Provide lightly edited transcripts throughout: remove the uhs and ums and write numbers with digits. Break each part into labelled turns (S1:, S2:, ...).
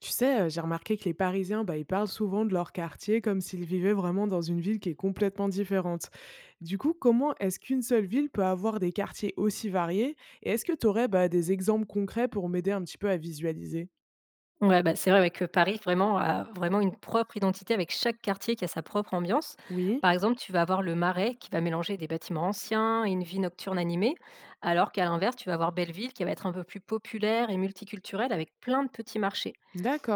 S1: Tu sais, j'ai remarqué que les Parisiens, bah, ils parlent souvent de leur quartier comme s'ils vivaient vraiment dans une ville qui est complètement différente. Du coup, comment est-ce qu'une seule ville peut avoir des quartiers aussi variés? Et est-ce que tu aurais, bah, des exemples concrets pour m'aider un petit peu à visualiser?
S2: Ouais, bah, c'est vrai ouais, que Paris vraiment a vraiment une propre identité avec chaque quartier qui a sa propre ambiance. Par
S1: Oui?
S2: exemple, tu vas avoir le Marais qui va mélanger des bâtiments anciens et une vie nocturne animée, alors qu'à l'inverse, tu vas avoir Belleville qui va être un peu plus populaire et multiculturelle avec plein de petits marchés.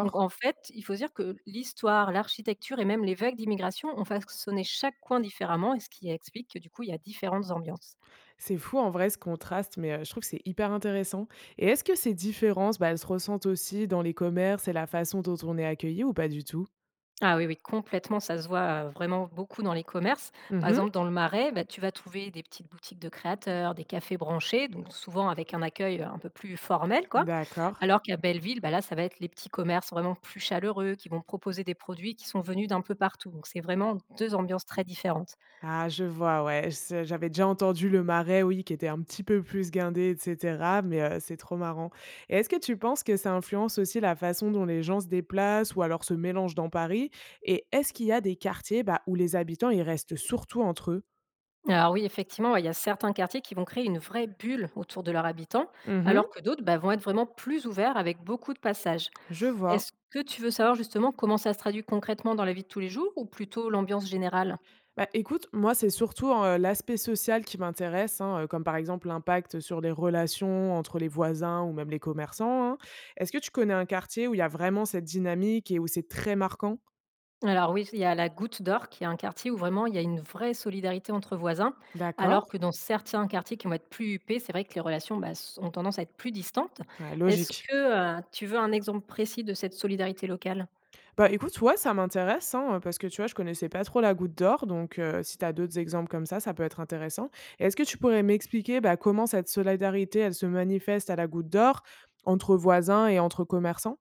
S2: Donc en fait, il faut se dire que l'histoire, l'architecture et même les vagues d'immigration ont façonné chaque coin différemment et ce qui explique que du coup, il y a différentes ambiances.
S1: C'est fou en vrai ce contraste, mais, je trouve que c'est hyper intéressant. Et est-ce que ces différences, bah, elles se ressentent aussi dans les commerces et la façon dont on est accueilli ou pas du tout?
S2: Ah oui, oui, complètement, ça se voit, vraiment beaucoup dans les commerces. Par
S1: Mmh.
S2: exemple, dans le Marais, bah, tu vas trouver des petites boutiques de créateurs, des cafés branchés, donc souvent avec un accueil, un peu plus formel, quoi.
S1: D'accord.
S2: Alors qu'à Belleville, bah, là, ça va être les petits commerces vraiment plus chaleureux qui vont proposer des produits qui sont venus d'un peu partout. Donc c'est vraiment 2 ambiances très différentes.
S1: Ah je vois, ouais, ce j'avais déjà entendu le Marais, oui, qui était un petit peu plus guindé et cetera, mais c'est trop marrant. Et est-ce que tu penses que ça influence aussi la façon dont les gens se déplacent ou alors se mélangent dans Paris? Et est-ce qu'il y a des quartiers, bah, où les habitants, ils restent surtout entre eux?
S2: Alors oui, effectivement, ouais, il y a certains quartiers qui vont créer une vraie bulle autour de leurs habitants,
S1: Mmh.
S2: alors que d'autres, bah, vont être vraiment plus ouverts avec beaucoup de passages.
S1: Je
S2: Est-ce
S1: vois.
S2: que tu veux savoir justement comment ça se traduit concrètement dans la vie de tous les jours ou plutôt l'ambiance générale?
S1: Bah, écoute, moi, c'est surtout, l'aspect social qui m'intéresse, hein, comme par exemple l'impact sur les relations entre les voisins ou même les commerçants, hein. Est-ce que tu connais un quartier où il y a vraiment cette dynamique et où c'est très marquant?
S2: Alors oui, il y a la Goutte d'Or qui est un quartier où vraiment il y a une vraie solidarité entre voisins,
S1: D'accord.
S2: alors que dans certains quartiers qui vont être plus huppés, c'est vrai que les relations bah, ont tendance à être plus distantes.
S1: Ouais,
S2: Est-ce
S1: logique.
S2: que tu veux un exemple précis de cette solidarité locale?
S1: Bah, écoute, ouais, ça m'intéresse, hein, parce que tu vois, je connaissais pas trop la Goutte d'Or, donc si tu as d'autres exemples comme ça peut être intéressant. Et est-ce que tu pourrais m'expliquer, bah, comment cette solidarité, elle se manifeste à la Goutte d'Or, entre voisins et entre commerçants?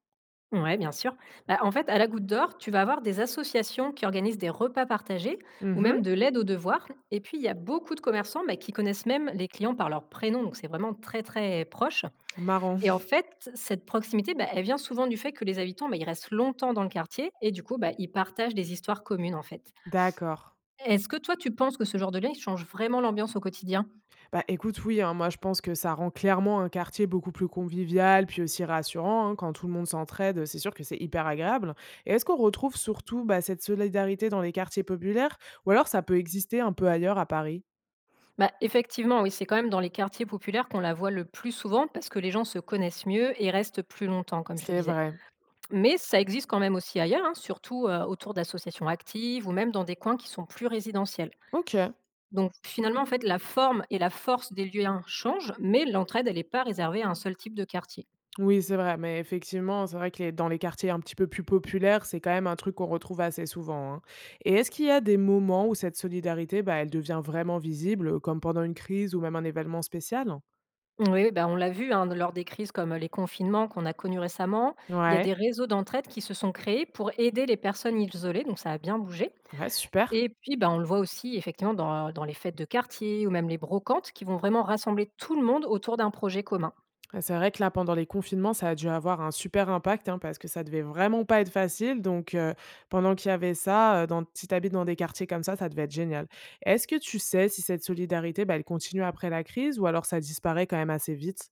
S2: Ouais, bien sûr. Bah, en fait, à la Goutte d'Or, tu vas avoir des associations qui organisent des repas partagés ou
S1: Mmh.
S2: même de l'aide aux devoirs. Et puis, il y a beaucoup de commerçants bah, qui connaissent même les clients par leur prénom. Donc, c'est vraiment très, très proche.
S1: Marrant.
S2: Et en fait, cette proximité, bah, elle vient souvent du fait que les habitants, bah, ils restent longtemps dans le quartier et du coup, bah, ils partagent des histoires communes, en fait.
S1: D'accord.
S2: Est-ce que toi, tu penses que ce genre de lien, il change vraiment l'ambiance au quotidien
S1: Bah, écoute, oui, hein, moi, je pense que ça rend clairement un quartier beaucoup plus convivial, puis aussi rassurant, hein, quand tout le monde s'entraide, c'est sûr que c'est hyper agréable. Et est-ce qu'on retrouve surtout, bah, cette solidarité dans les quartiers populaires ou alors ça peut exister un peu ailleurs à Paris?
S2: bah, Effectivement, oui, c'est quand même dans les quartiers populaires qu'on la voit le plus souvent parce que les gens se connaissent mieux et restent plus longtemps, comme je te
S1: C'est
S2: disais.
S1: vrai.
S2: Mais ça existe quand même aussi ailleurs, hein, surtout, autour d'associations actives ou même dans des coins qui sont plus résidentiels.
S1: OK.
S2: Donc finalement, en fait, la forme et la force des liens changent, mais l'entraide, elle est pas réservée à un seul type de quartier.
S1: Oui, c'est vrai, mais effectivement, c'est vrai que les dans les quartiers un petit peu plus populaires, c'est quand même un truc qu'on retrouve assez souvent, hein. Et est-ce qu'il y a des moments où cette solidarité, bah, elle devient vraiment visible, comme pendant une crise ou même un événement spécial?
S2: Oui, ben on l'a vu, hein, lors des crises comme les confinements qu'on a connus récemment, il y a
S1: Ouais,
S2: des réseaux d'entraide qui se sont créés pour aider les personnes isolées, donc ça a bien bougé.
S1: ouais, super.
S2: Et puis, ben on le voit aussi effectivement dans les fêtes de quartier ou même les brocantes qui vont vraiment rassembler tout le monde autour d'un projet commun.
S1: Ah, c'est vrai que là, pendant les confinements, ça a dû avoir un super impact, hein, parce que ça devait vraiment pas être facile, donc pendant qu'il y avait ça, dans si tu habites dans des quartiers comme ça devait être génial. Est-ce que tu sais si cette solidarité, bah, elle continue après la crise ou alors ça disparaît quand même assez vite?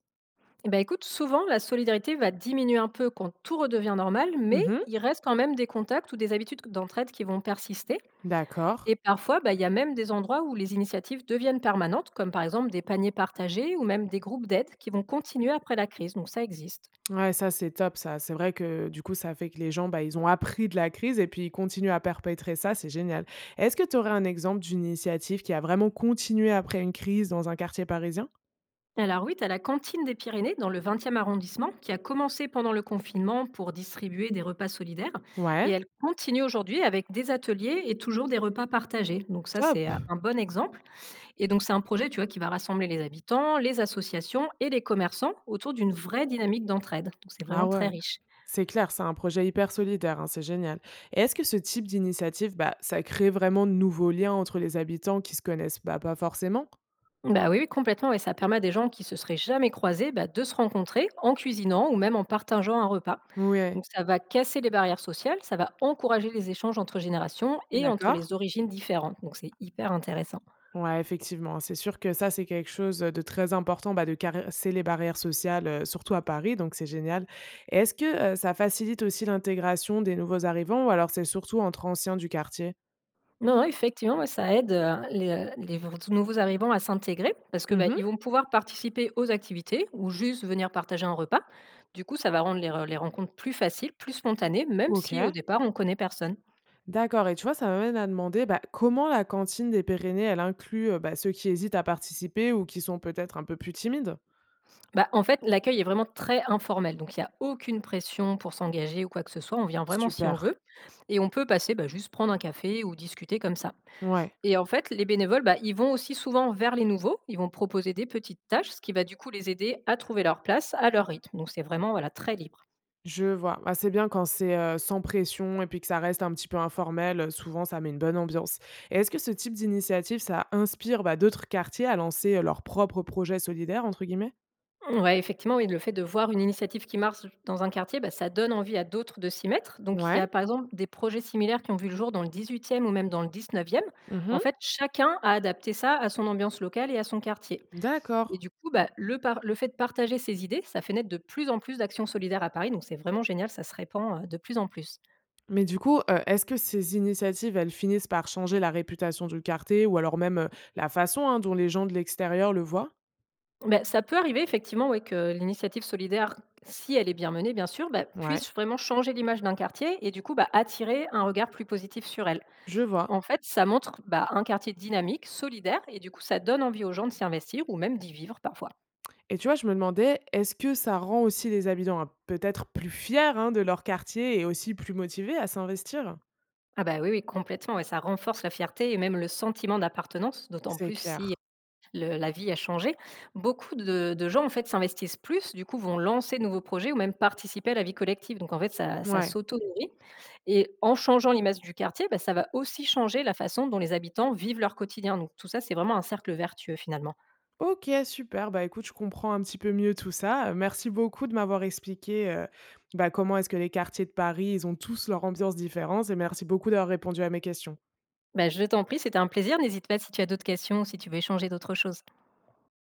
S2: Eh ben, écoute, souvent, la solidarité va diminuer un peu quand tout redevient normal, mais
S1: Mmh mh.
S2: il reste quand même des contacts ou des habitudes d'entraide qui vont persister.
S1: D'accord.
S2: Et parfois, bah, il y a même des endroits où les initiatives deviennent permanentes, comme par exemple des paniers partagés ou même des groupes d'aide qui vont continuer après la crise. Donc ça existe.
S1: Ouais, ça, c'est top ça. C'est vrai que, du coup, ça fait que les gens, bah, ils ont appris de la crise et puis ils continuent à perpétrer ça, c'est génial. Est-ce que tu aurais un exemple d'une initiative qui a vraiment continué après une crise dans un quartier parisien?
S2: Alors oui, tu as la cantine des Pyrénées dans le 20e arrondissement qui a commencé pendant le confinement pour distribuer des repas solidaires. Et
S1: Ouais,
S2: elle continue aujourd'hui avec des ateliers et toujours des repas partagés. Donc ça,
S1: top!
S2: c'est un bon exemple. Et donc, c'est un projet, tu vois, qui va rassembler les habitants, les associations et les commerçants autour d'une vraie dynamique d'entraide. Donc, c'est
S1: Ah
S2: vraiment très
S1: ouais,
S2: riche.
S1: c'est clair, c'est un projet hyper solidaire, hein, c'est génial. Et est-ce que ce type d'initiative, bah, ça crée vraiment de nouveaux liens entre les habitants qui se connaissent, bah, pas forcément?
S2: Bah oui, oui, complètement. Ouais, ça permet à des gens qui se seraient jamais croisés bah, de se rencontrer en cuisinant ou même en partageant un repas.
S1: Ouais,
S2: Donc, ça va casser les barrières sociales, ça va encourager les échanges entre générations et entre
S1: d'accord.
S2: les origines différentes. Donc, c'est hyper intéressant.
S1: Ouais, effectivement. C'est sûr que ça, c'est quelque chose de très important, bah, de casser les barrières sociales, surtout à Paris, donc c'est génial. Et est-ce que, ça facilite aussi l'intégration des nouveaux arrivants ou alors c'est surtout entre anciens du quartier?
S2: Non, non, effectivement, ouais, ça aide, les v nouveaux arrivants à s'intégrer parce que, bah,
S1: Mhm.
S2: ils vont pouvoir participer aux activités ou juste venir partager un repas. Du coup, ça va rendre les rencontres plus faciles, plus spontanées, même si au
S1: OK.
S2: départ on connaît personne.
S1: D'accord. Et tu vois, ça m'amène à demander, bah, comment la cantine des Pyrénées, elle inclut, bah, ceux qui hésitent à participer ou qui sont peut-être un peu plus timides?
S2: Bah, en fait, l'accueil est vraiment très informel, donc il y a aucune pression pour s'engager ou quoi que ce soit. On vient vraiment si on
S1: Super.
S2: veut et on peut passer, bah, juste prendre un café ou discuter comme ça.
S1: Ouais.
S2: Et en fait, les bénévoles, bah, ils vont aussi souvent vers les nouveaux. Ils vont proposer des petites tâches, ce qui va du coup les aider à trouver leur place à leur rythme. Donc c'est vraiment voilà très libre.
S1: Je vois. Bah, c'est bien quand c'est, sans pression et puis que ça reste un petit peu informel, souvent ça met une bonne ambiance. Et est-ce que ce type d'initiative, ça inspire, bah, d'autres quartiers à lancer, «leurs propres projets solidaires» entre guillemets?
S2: Ouais, effectivement, oui, le fait de voir une initiative qui marche dans un quartier, bah, ça donne envie à d'autres de s'y mettre. Donc il y
S1: Ouais.
S2: a par exemple des projets similaires qui ont vu le jour dans le 18e ou même dans le 19e. En
S1: Mmh.
S2: fait, chacun a adapté ça à son ambiance locale et à son quartier.
S1: D'accord.
S2: Et du coup, bah, le fait de partager ses idées, ça fait naître de plus en plus d'actions solidaires à Paris. Donc c'est vraiment génial, ça se répand de plus en plus.
S1: Mais du coup, est-ce que ces initiatives, elles finissent par changer la réputation du quartier ou alors même, la façon, hein, dont les gens de l'extérieur le voient?
S2: Ben ça peut arriver effectivement, ouais, que l'initiative solidaire, si elle est bien menée, bien sûr, bah,
S1: Ouais,
S2: puisse vraiment changer l'image d'un quartier et du coup bah, attirer un regard plus positif sur elle.
S1: je vois.
S2: En fait, ça montre bah, un quartier dynamique, solidaire, et du coup, ça donne envie aux gens de s'y investir ou même d'y vivre parfois.
S1: Et tu vois, je me demandais, est-ce que ça rend aussi les habitants, hein, peut-être plus fiers, hein, de leur quartier et aussi plus motivés à s'investir?
S2: Ah bah oui, oui, complètement. Ouais, ça renforce la fierté et même le sentiment d'appartenance, d'autant
S1: C'est
S2: plus si
S1: clair.
S2: la vie a changé. Beaucoup de gens en fait s'investissent plus, du coup vont lancer de nouveaux projets ou même participer à la vie collective. Donc en fait, ça
S1: Ouais.
S2: s'auto-nourrit. Et en changeant l'image du quartier, bah, ça va aussi changer la façon dont les habitants vivent leur quotidien. Donc tout ça, c'est vraiment un cercle vertueux finalement.
S1: OK, super. Bah, écoute, je comprends un petit peu mieux tout ça. Merci beaucoup de m'avoir expliqué, bah, comment est-ce que les quartiers de Paris, ils ont tous leur ambiance différente et merci beaucoup d'avoir répondu à mes questions.
S2: Bah, je t'en prie, c'était un plaisir. N'hésite pas si tu as d'autres questions ou si tu veux échanger d'autres choses.